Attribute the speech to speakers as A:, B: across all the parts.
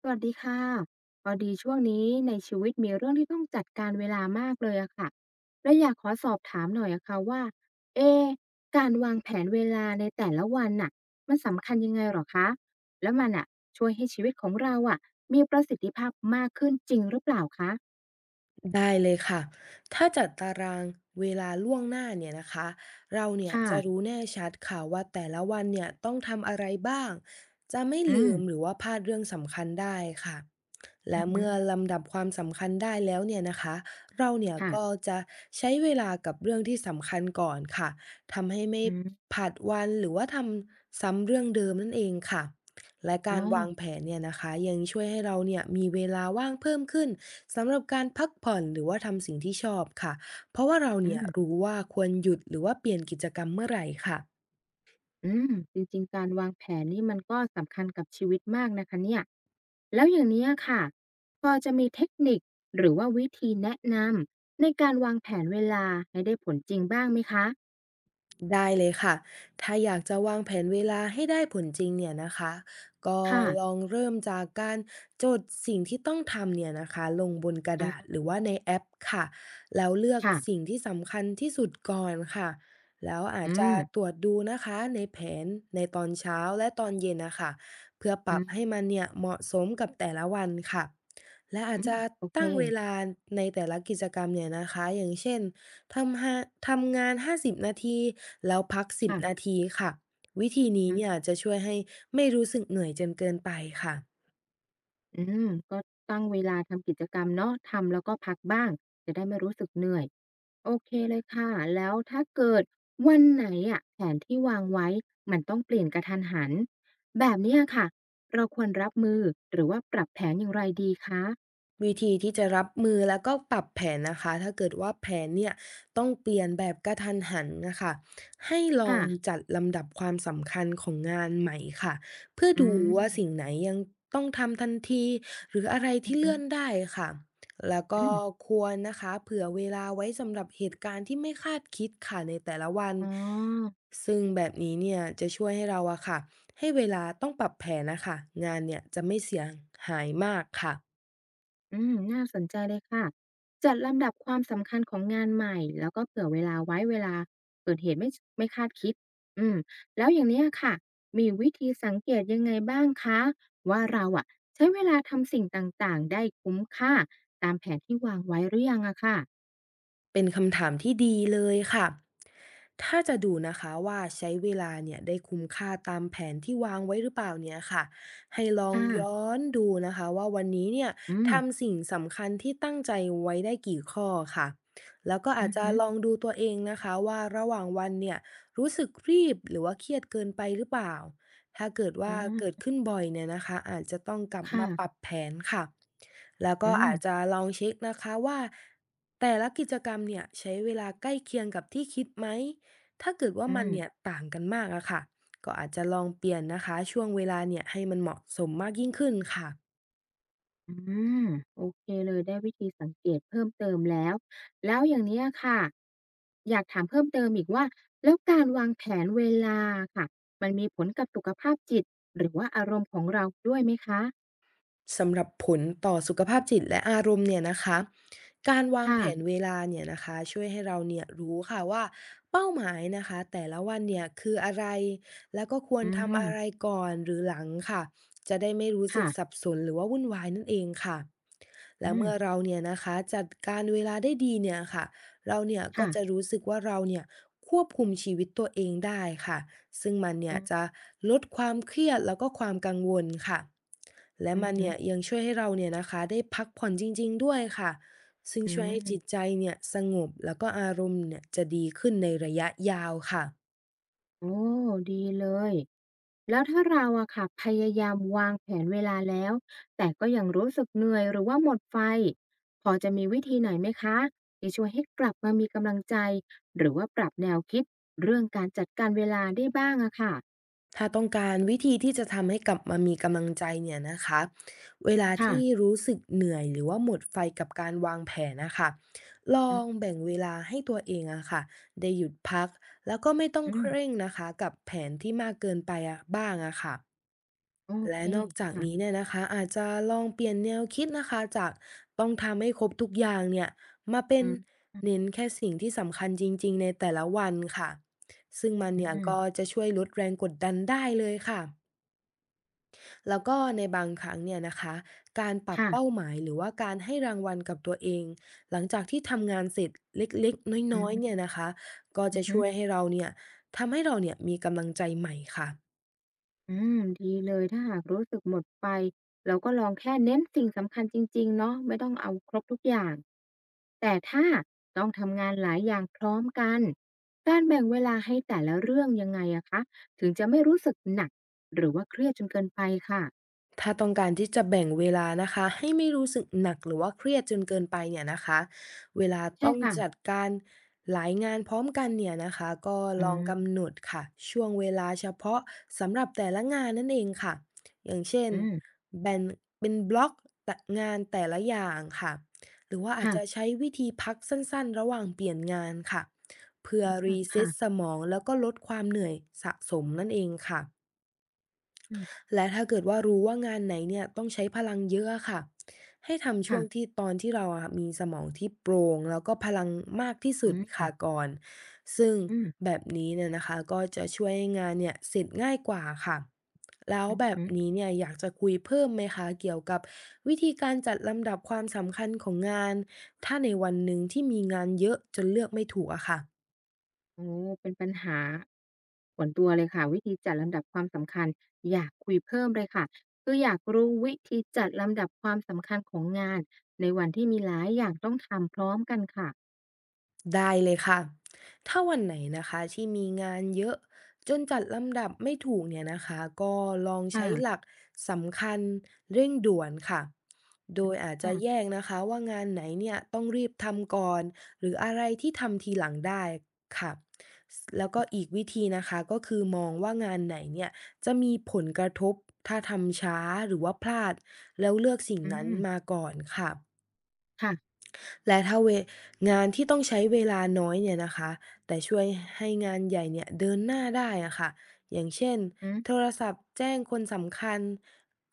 A: สวัสดีค่ะพอดีช่วงนี้ในชีวิตมีเรื่องที่ต้องจัดการเวลามากเลยอะค่ะและอยากขอสอบถามหน่อยอะค่ะว่าเอะการวางแผนเวลาในแต่ละวันน่ะมันสำคัญยังไงหรอคะแล้วมันอะช่วยให้ชีวิตของเราอะมีประสิทธิภาพมากขึ้นจริงหรือเปล่าคะ
B: ได้เลยค่ะ ถ้าจัดตารางเวลาล่วงหน้าเนี่ยนะคะ เราเนี่ย
A: ค่ะ
B: จะรู้แน่ชัดค่ะว่าแต่ละวันเนี่ยต้องทำอะไรบ้าง จะไม่
A: อืม
B: ลืมหรือว่าพลาดเรื่องสำคัญได้ค่ะ
A: อื
B: และ
A: อฮึ
B: เมื่อลำดับความสำคัญได้แล้วเนี่ยนะคะเราเนี่ยก็
A: ค่ะ
B: จะใช้เวลากับเรื่องที่สำคัญก่อนค่ะทำให้ไม่
A: อืม
B: ผลัดวันหรือว่าทำซ้ำเรื่องเดิมนั่นเองค่ะและ
A: อ๋อ
B: การวางแผนเนี่ยนะคะยังช่วยให้เราเนี่ยมีเวลาว่างเพิ่มขึ้นสำหรับการพักผ่อนหรือว่าทำสิ่งที่ชอบค่ะเพราะว่าเรา
A: อื
B: เนี่ย
A: ม
B: รู้ว่าควรหยุดหรือว่าเปลี่ยนกิจกรรมเมื่อไหร่ค่ะ
A: อืมจริงๆ การวางแผนนี่มันก็สำคัญกับชีวิตมากนะคะเนี่ยแล้วอย่างเนี้ยค่ะพอจะมีเทคนิคหรือว่าวิธีแนะนำในการวางแผนเวลาให้ได้ผลจริงบ้างไหมคะ
B: ได้เลยค่ะ ถ้าอยากจะวางแผนเวลาให้ได้ผลจริงเนี่ยนะคะก็
A: ค่ะ
B: ลองเริ่มจากการจดสิ่งที่ต้องทำเนี่ยนะคะลงบนกระ
A: อา
B: ดาษหรือว่าในแอปค่ะแล้วเลือก
A: ค่ะ
B: สิ่งที่สำคัญที่สุดก่อนค่ะแล้วอาจ
A: อื
B: จะ
A: ม
B: ตรวจดูนะคะในแผนในตอนเช้าและตอนเย็นนะคะเพื่อป
A: อื
B: รับ
A: ม
B: ให้มันเนี่ยเหมาะสมกับแต่ละวันค่ะ และอาจ
A: อืม
B: จะ
A: โอเค
B: ตั้งเวลาในแต่ละกิจกรรมเนี่ยนะคะอย่างเช่น ทำหทำงาน50นาทีแล้วพัก10นา
A: ค่ะ
B: ทีค่ะ วิธีนี้เนี่ยจะช่วยให้ไม่รู้สึกเหนื่อยจนเกินไปค่ะ
A: อืมก็ตั้งเวลาทำกิจกรรมเนาะทำแล้วก็พักบ้างจะได้ไม่รู้สึกเหนื่อยโอเคเลยค่ะแล้วถ้าเกิดวันไหนอะแผนที่วางไว้มันต้องเปลี่ยนกระทันหันแบบเนี้ยค่ะเราควรรับมือหรือว่าปรับแผนอย่างไรดีคะ
B: วิธีที่จะรับมือแล้วก็ปรับแผนนะคะถ้าเกิดว่าแผนเนี่ยต้องเปลี่ยนแบบกระทันหันนะคะให้ลอ
A: ค่ะ
B: งจัดลำดับความสำคัญของงานใหม่ค่ะเพื่อ
A: อื
B: ดูว่าสิ่ง
A: ม
B: ไหนยังต้องทำทันทีหรืออะไร
A: อืม
B: ที่
A: อหื
B: เลื่
A: อ
B: อนได้ค่ะ แล้วก็
A: อืม
B: ควรนะคะเผื่อเวลาไว้สำหรับเหตุการณ์ที่ไม่คาดคิดค่ะในแต่ละวัน
A: อ๋อ
B: ซึ่งแบบนี้เนี่ยจะช่วยให้เราอะค่ะให้เวลาต้องปรับแผนนะคะงานเนี่ยจะไม่เสียหายมากค่ะ
A: อืมน่าสนใจเลยค่ะจัดลำดับความสำคัญของงานใหม่แล้วก็เผื่อเวลาไว้เวลาเกิดเหตุไม่คาดคิดอืมแล้วอย่างเนี้ยค่ะมีวิธีสังเกตยังไงบ้างคะว่าเราอะใช้เวลาทำสิ่งต่างๆได้คุ้มค่าตามแผนที่วางไว้หรือยังอะค่ะ
B: เป็นคำถามที่ดีเลยค่ะ ถ้าจะดูนะคะว่าใช้เวลาเนี่ยได้คุ้มค่าตามแผนที่วางไว้หรือเปล่าเนี่ยค่ะให้ลอ
A: ค
B: งย้อ
A: ่ะ
B: นดูนะคะว่าวันนี้เนี่ย
A: อืม
B: ทำสิ่งสำคัญที่ตั้งใจไว้ได้กี่ข้อค่ะแล้วก็อา
A: อื
B: จ
A: อ
B: จะ
A: ฮึ
B: ลองดูตัวเองนะคะว่าระหว่างวันเนี่ยรู้สึกรีบหรือว่าเครียดเกินไปหรือเปล่าถ้าเกิด
A: อ๋
B: ว่าเกิด
A: อ
B: ขึ้นบ่อยเนี่ยนะคะอาจจะต้องกลับมาปรับ
A: ค่ะ
B: แผนค่ะแล้ว
A: อื
B: ก็
A: ม
B: อาจจะลองเช็คนะคะว่าแต่ละกิจกรรมเนี่ยใช้เวลาใกล้เคียงกับที่คิดไหม ถ้าเกิดว่า
A: อื
B: มันเนี่ย
A: ม
B: ต่างกันมากอะค่ะก็อาจจะลองเปลี่ยนนะคะช่วงเวลาเนี่ยให้มันเหมาะสมมากยิ่งขึ้นค่ะ
A: อาโอเคเลยได้วิธีสังเกตเพิ่มเติมแล้วแล้วอย่างเนี้ยค่ะอยากถามเพิ่มเติมอีกว่าแล้วการวางแผนเวลาค่ะมันมีผลกับสุขภาพจิตหรือว่าอารมณ์ของเราด้วยไหมคะ
B: สำหรับผลต่อสุขภาพจิตและอารมณ์เนี่ยนะคะการวาง
A: ค่ะ
B: แผนเวลาเนี่ยนะคะช่วยให้เราเนี่ยรู้ค่ะว่าเป้าหมายนะคะแต่ละวันเนี่ยคืออะไรแล้วก็ควร
A: อื
B: ทำ
A: ม
B: อะไรก่อนหรือหลังค่ะจะได้ไม่รู้สึก
A: ค่ะ
B: สับสนหรือว่าวุ่นวายนั่นเองค่ะ
A: อื
B: และเมื่อ
A: ม
B: เราเนี่ยนะคะจัดการเวลาได้ดีเนี่ยค่ะเราเนี่ยก็
A: ค่ะ
B: จะรู้สึกว่าเราเนี่ยควบคุมชีวิตตัวเองได้ค่ะซึ่งมันเนี่
A: อื
B: ย
A: อ
B: จะลดความเครียดแล้วก็ความกังวลค่ะ และ
A: อือ
B: มัน
A: ฮึ
B: เนี่ยยังช่วยให้เราเนี่ยนะคะได้พักผ่อนจริงๆด้วยค่ะซึ่ง
A: อื
B: ช่วยให้จิตใจ
A: ม
B: เนี่ยสงบแล้วก็อารมณ์เนี่ยจะดีขึ้นในระยะยาวค่ะ
A: โอ้ดีเลย แล้วถ้าเราอะค่ะพยายามวางแผนเวลาแล้วแต่ก็ยังรู้สึกเหนื่อยหรือว่าหมดไฟพอจะมีวิธีไหนไหมคะที่ช่วยให้กลับมามีกำลังใจหรือว่าปรับแนวคิดเรื่องการจัดการเวลาได้บ้างอะค่ะ
B: ถ้าต้องการวิธีที่จะทำให้กลับมามีกำลังใจเนี่ยนะคะเวลา
A: ค่ะ
B: ที่รู้สึกเหนื่อยหรือว่าหมดไฟกับการวางแผนนะคะลอ
A: อื
B: ง
A: ม
B: แบ่งเวลาให้ตัวเองอะค่ะได้หยุดพักแล้วก็ไม่ต้อง
A: อื
B: เค
A: ม
B: ร่งนะคะกับแผนที่มากเกินไปอะบ้างอะค่ะ
A: โอ
B: และ
A: เค
B: นอกจาก
A: ค่ะ
B: นี้เนี่ยนะคะอาจจะลองเปลี่ยนแนวคิดนะคะจากต้องทำให้ครบทุกอย่างเนี่ยมาเป็น
A: อืมอืม
B: เน้นแค่สิ่งที่สำคัญจริงๆในแต่ละวันค่ะซึ่งมัน
A: อื
B: เนี่ยก็
A: ม
B: จะช่วยลดแรงกดดันได้เลยค่ะแล้วก็ในบางครั้งเนี่ยนะคะการปรับ
A: ค่ะ
B: เป้าหมายหรือว่าการให้รางวัลกับตัวเองหลังจากที่ทำงานเสร็จเล็กๆ
A: อื
B: น้อยๆ
A: ม
B: เนี่ยนะคะก็
A: อื
B: จะช่ว
A: ม
B: ยให้เราเนี่ยทำให้เราเนี่ยมีกำลังใจใหม่ค่ะ
A: อืมดีเลยถ้าหากรู้สึกหมดไฟเราก็ลองแค่เน้นสิ่งสำคัญจริงๆเนาะไม่ต้องเอาครบทุกอย่างแต่ถ้าต้องทำงานหลายอย่างพร้อมกันการแบ่งเวลาให้แต่ละเรื่องยังไงอะคะถึงจะไม่รู้สึกหนักหรือว่าเครียดจนเกินไปค่ะ
B: ถ้าต้องการที่จะแบ่งเวลานะคะให้ไม่รู้สึกหนักหรือว่าเครียดจนเกินไปเนี่ยนะคะเวลา
A: ใช่
B: ต้อง
A: ค่ะ
B: จัดการหลายงานพร้อมกันเนี่ยนะคะก็
A: อื
B: ลองกำ
A: ม
B: หนดค่ะช่วงเวลาเฉพาะสำหรับแต่ละงานนั่นเองค่ะอย่างเช่น
A: อืม
B: แบ่งเป็นบล็อกแต่งานแต่ละอย่างค่ะหรือว่าอาจจะ
A: ค่ะ
B: ใช้วิธีพักสั้นๆระหว่างเปลี่ยนงานค่ะเพื่อรีเซ็
A: ค่ะ
B: ตสมองแล้วก็ลดความเหนื่อยสะสมนั่นเองค่ะ
A: อืม
B: และถ้าเกิดว่ารู้ว่างานไหนเนี่ยต้องใช้พลังเยอะอะค่ะให้ทำช่วงที่
A: ค่ะ
B: ตอนที่เราอะมีสมองที่โปร่งแล้วก็พลังมากที่สุ
A: อื
B: ดค่ะ
A: ม
B: ก่อนซึ่ง
A: อืมอืม
B: แบบนี้เนี่ยนะคะก็จะช่วยให้งานเนี่ยเสร็จง่ายกว่าค่ะแล้วแบบ
A: อืม
B: นี้เนี่ยอยากจะคุยเพิ่มไหมคะเกี่ยวกับวิธีการจัดลำดับความสำคัญของงานถ้าในวันหนึ่งที่มีงานเยอะจนเลือกไม่ถูกอะค่ะ
A: โอ้เป็นปัญหาส่วนตัวเลยค่ะวิธีจัดลำดับความสำคัญอยากคุยเพิ่มเลยค่ะคืออยากรู้วิธีจัดลำดับความสำคัญของงานในวันที่มีหลายอย่างต้องทำพร้อมกันค่ะ
B: ได้เลยค่ะถ้าวันไหนนะคะที่มีงานเยอะจนจัดลำดับไม่ถูกเนี่ยนะคะก็ลองใช้ห
A: ค่ะ
B: ลักสำคัญเร่งด่วนค่ะโดยอาจจะแยก
A: ค่ะ
B: นะคะว่างานไหนเนี่ยต้องรีบทำก่อนหรืออะไรที่ทำทีหลังได้ค่ะแล้วก็อีกวิธีนะคะก็คือมองว่างานไหนเนี่ยจะมีผลกระทบถ้าทำช้าหรือว่าพลาดแล้วเลือกสิ่ง
A: อื
B: นั้น
A: ม
B: มาก่อนค่ะ
A: ค่ะ
B: และถ้างานที่ต้องใช้เวลาน้อยเนี่ยนะคะแต่ช่วยให้งานใหญ่เนี่ยเดินหน้าได้อะค่ะอย่างเช่น
A: อื
B: โท
A: ม
B: รศัพท์แจ้งคนสำคัญ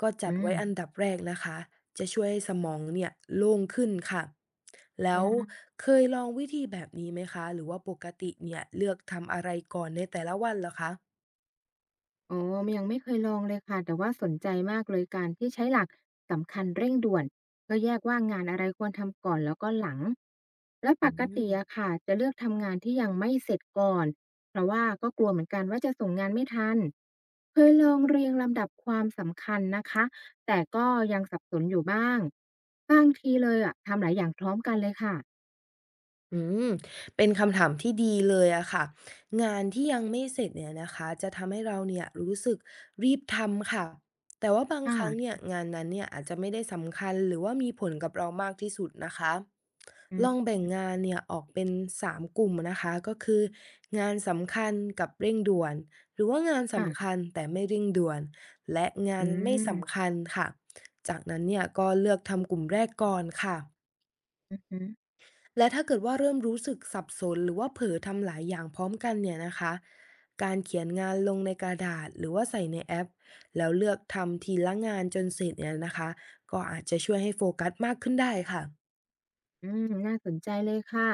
B: ก็จั
A: อื
B: ดไว้อัน
A: ม
B: ดับแรกนะคะจะช่วยให้สมองเนี่ยโล่งขึ้นค่ะแล้
A: อื
B: ว
A: ม
B: เคยลองวิธีแบบนี้ไหมคะหรือว่าปกติเนี่ยเลือกทำอะไรก่อนในแต่ละวันเหรอคะ
A: อ๋อมยังไม่เคยลองเลยค่ะแต่ว่าสนใจมากเลยการที่ใช้หลักสำคัญเร่งด่วนก็แยกว่างานอะไรควรทำก่อนแล้วก็หลังและป
B: อื
A: กติอะ
B: ม
A: ค่ะจะเลือกทำงานที่ยังไม่เสร็จก่อนเพราะว่าก็กลัวเหมือนกันว่าจะส่งงานไม่ทันเคยลองเรียงลำดับความสำคัญนะคะแต่ก็ยังสับสนอยู่บ้างบางทีเลยอะทำหลายอย่างพร้อมกันเลยค่ะ
B: อืม เป็นคำถามที่ดีเลยอะค่ะ งานที่ยังไม่เสร็จเนี่ยนะคะจะทำให้เราเนี่ยรู้สึกรีบทำค่ะแต่ว่าบาง
A: ค่
B: ครั้งเนี่ย
A: ะ
B: งานนั้นเนี่ยอาจจะไม่ได้สำคัญหรือว่ามีผลกับเรามากที่สุดนะคะ
A: อื
B: ลอง
A: ม
B: แบ่งงานเนี่ยออกเป็น3กลุ่มนะคะก็คืองานสำคัญกับเร่งด่วนหรือว่างานสำคั
A: ค่ะ
B: ญแต่ไม่เร่งด่วนและงา
A: อื
B: นไม่สำ
A: ม
B: คัญค่ะจากนั้นเนี่ยก็เลือกทำกลุ่มแรกก่อนค่ะ และถ้าเกิดว่าเริ่มรู้สึกสับสนหรือว่าเผลอทำหลายอย่างพร้อมกันเนี่ยนะคะการเขียนงานลงในกระดาษหรือว่าใส่ในแอปแล้วเลือกทำทีละงานจนเสร็จเนี่ยนะคะก็อาจจะช่วยให้โฟกัสมากขึ้นได้ค่ะ
A: อืมน่าสนใจเลยค่ะ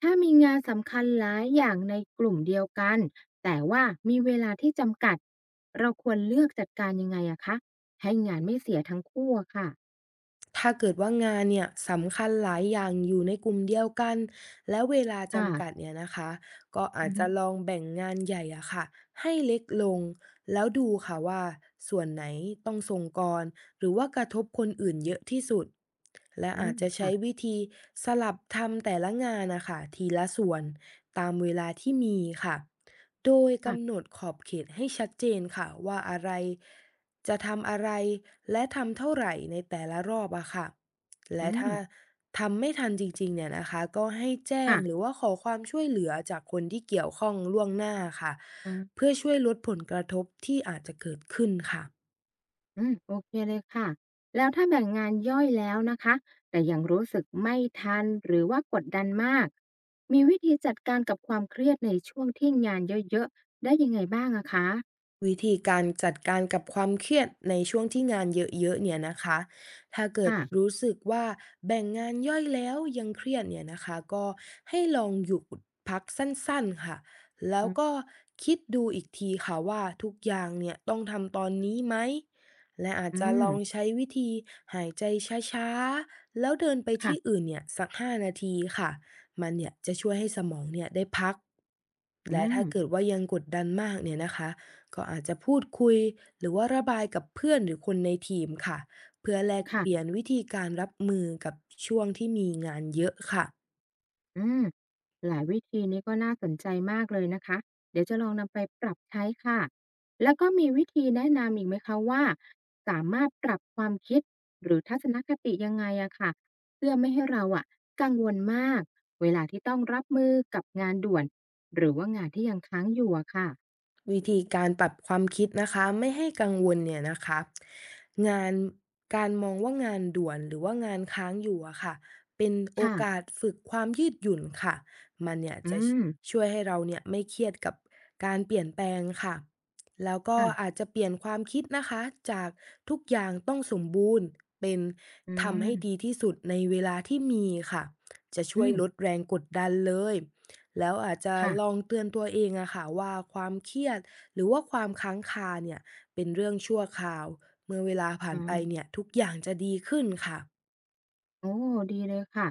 A: ถ้ามีงานสำคัญหลายอย่างในกลุ่มเดียวกัน แต่ว่ามีเวลาที่จำกัด เราควรเลือกจัดการยังไงอะคะให้งานไม่เสียทั้งคู่อะค่ะ
B: ถ้าเกิดว่างานเนี่ยสำคัญหลายอย่างอยู่ในกลุ่มเดียวกันและเวลาจำกัด
A: ค่ะ
B: เนี่ยนะคะก็อา
A: อื
B: จ
A: อฮึ
B: จะลองแบ่งงานใหญ่อะค่ะให้เล็กลงแล้วดูค่ะว่าส่วนไหนต้องส่งก่อนหรือว่ากระทบคนอื่นเยอะที่สุดและ
A: อื
B: อา
A: ม
B: จจะใช้
A: ค่ะ
B: วิธีสลับทำแต่ละงานนะคะทีละส่วนตามเวลาที่มีค่ะ โดยกำหน
A: ค่ะ
B: ดขอบเขตให้ชัดเจนค่ะว่าอะไรจะทำอะไรและทำเท่าไหร่ในแต่ละรอบอะค่ะ
A: อื
B: และ
A: ม
B: ถ้าทำไม่ทันจริงๆเนี่ยนะคะก็ให้แจ้ง
A: ค่ะ
B: หรือว่าขอความช่วยเหลือจากคนที่เกี่ยวข้องล่วงหน้าค่ะ
A: อืม
B: เพื่อช่วยลดผลกระทบที่อาจจะเกิดขึ้นค่ะ
A: อืมโอเคเลยค่ะแล้วถ้าแบ่งงานย่อยแล้วนะคะแต่ยังรู้สึกไม่ทันหรือว่ากดดันมากมีวิธีจัดการกับความเครียดในช่วงที่งานเยอะๆได้ยังไงบ้างอะคะ
B: วิธีการจัดการกับความเครียดในช่วงที่งานเยอะๆเนี่ยนะคะถ้าเกิด
A: ค่ะ
B: รู้สึกว่าแบ่งงานย่อยแล้วยังเครียดเนี่ยนะคะก็ให้ลองหยุดพักสั้นๆค่ะแล้ว
A: อื
B: ก็คิดดูอีกทีค่ะว่าทุกอย่างเนี่ยต้องทำตอนนี้ไหม และอาจ
A: อื
B: จะล
A: ม
B: องใช้วิธีหายใจช้าๆแล้วเดินไปที่
A: ค่ะ
B: อื่นเนี่ยสัก5นาทีค่ะมันเนี่ยจะช่วยให้สมองเนี่ยได้พัก
A: อื
B: และ
A: ม
B: ถ้าเกิดว่ายังกดดันมากเนี่ยนะคะ ก็อาจจะพูดคุยหรือว่าระบายกับเพื่อนหรือคนในทีมค่ะเพื่อแลก
A: ค่ะ
B: เปลี่ยนวิธีการรับมือกับช่วงที่มีงานเยอะค่ะ
A: อืมหลายวิธีนี้ก็น่าสนใจมากเลยนะคะ เดี๋ยวจะลองนำไปปรับใช้ค่ะ แล้วก็มีวิธีแนะนำอีกไหมคะว่าสามารถปรับความคิดหรือทัศนคติยังไงอะค่ะเพื่อไม่ให้เราอะกังวลมากเวลาที่ต้องรับมือกับงานด่วนหรือว่างานที่ยังค้างอยู่อะค่ะ
B: วิธีการปรับความคิดนะคะไม่ให้กังวลเนี่ยนะคะงานการมองว่างานด่วนหรือว่างานค้างอยู่อะค่ะเป็นโอ
A: ค่ะ
B: กาสฝึกความยืดหยุ่นค่ะมันเนี่ย
A: อื
B: จะ
A: ม
B: ช่วยให้เราเนี่ยไม่เครียดกับการเปลี่ยนแปลงค่ะแล้วก็
A: ค่ะ
B: อาจจะเปลี่ยนความคิดนะคะจากทุกอย่างต้องสมบูรณ์เป็น
A: อื
B: ทำให้ดี
A: ม
B: ที่สุดในเวลาที่มีค่ะจะช่ว
A: อื
B: ย
A: ม
B: ลดแรงกดดันเลย แล้วอาจจะ
A: ค่ะ
B: ลองเตือนตัวเองอะค่ะว่าความเครียดหรือว่าความค้างคาเนี่ยเป็นเรื่องชั่วคราวเมื่อเวลาผ่า
A: อ๋
B: นไป
A: อ
B: เนี่ยทุกอย่างจะดีขึ้นค่ะ
A: โอ้ดีเลยค่ะ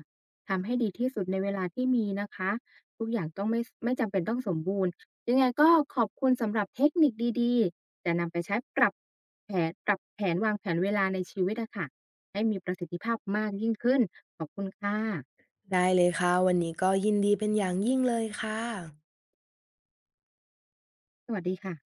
A: ทำให้ดีที่สุดในเวลาที่มีนะคะทุกอย่างต้องไม่จำเป็นต้องสมบูรณ์ยังไงก็ขอบคุณสำหรับเทคนิคดีๆจะนำไปใช้ปรับแผนวางแผนเวลาในชีวิตอะค่ะให้มีประสิทธิภาพมากยิ่งขึ้นขอบคุณค่ะ
B: ได้เลยค่ะวันนี้ก็ยินดีเป็นอย่างยิ่งเลยค่ะ
A: สวัสดีค่ะ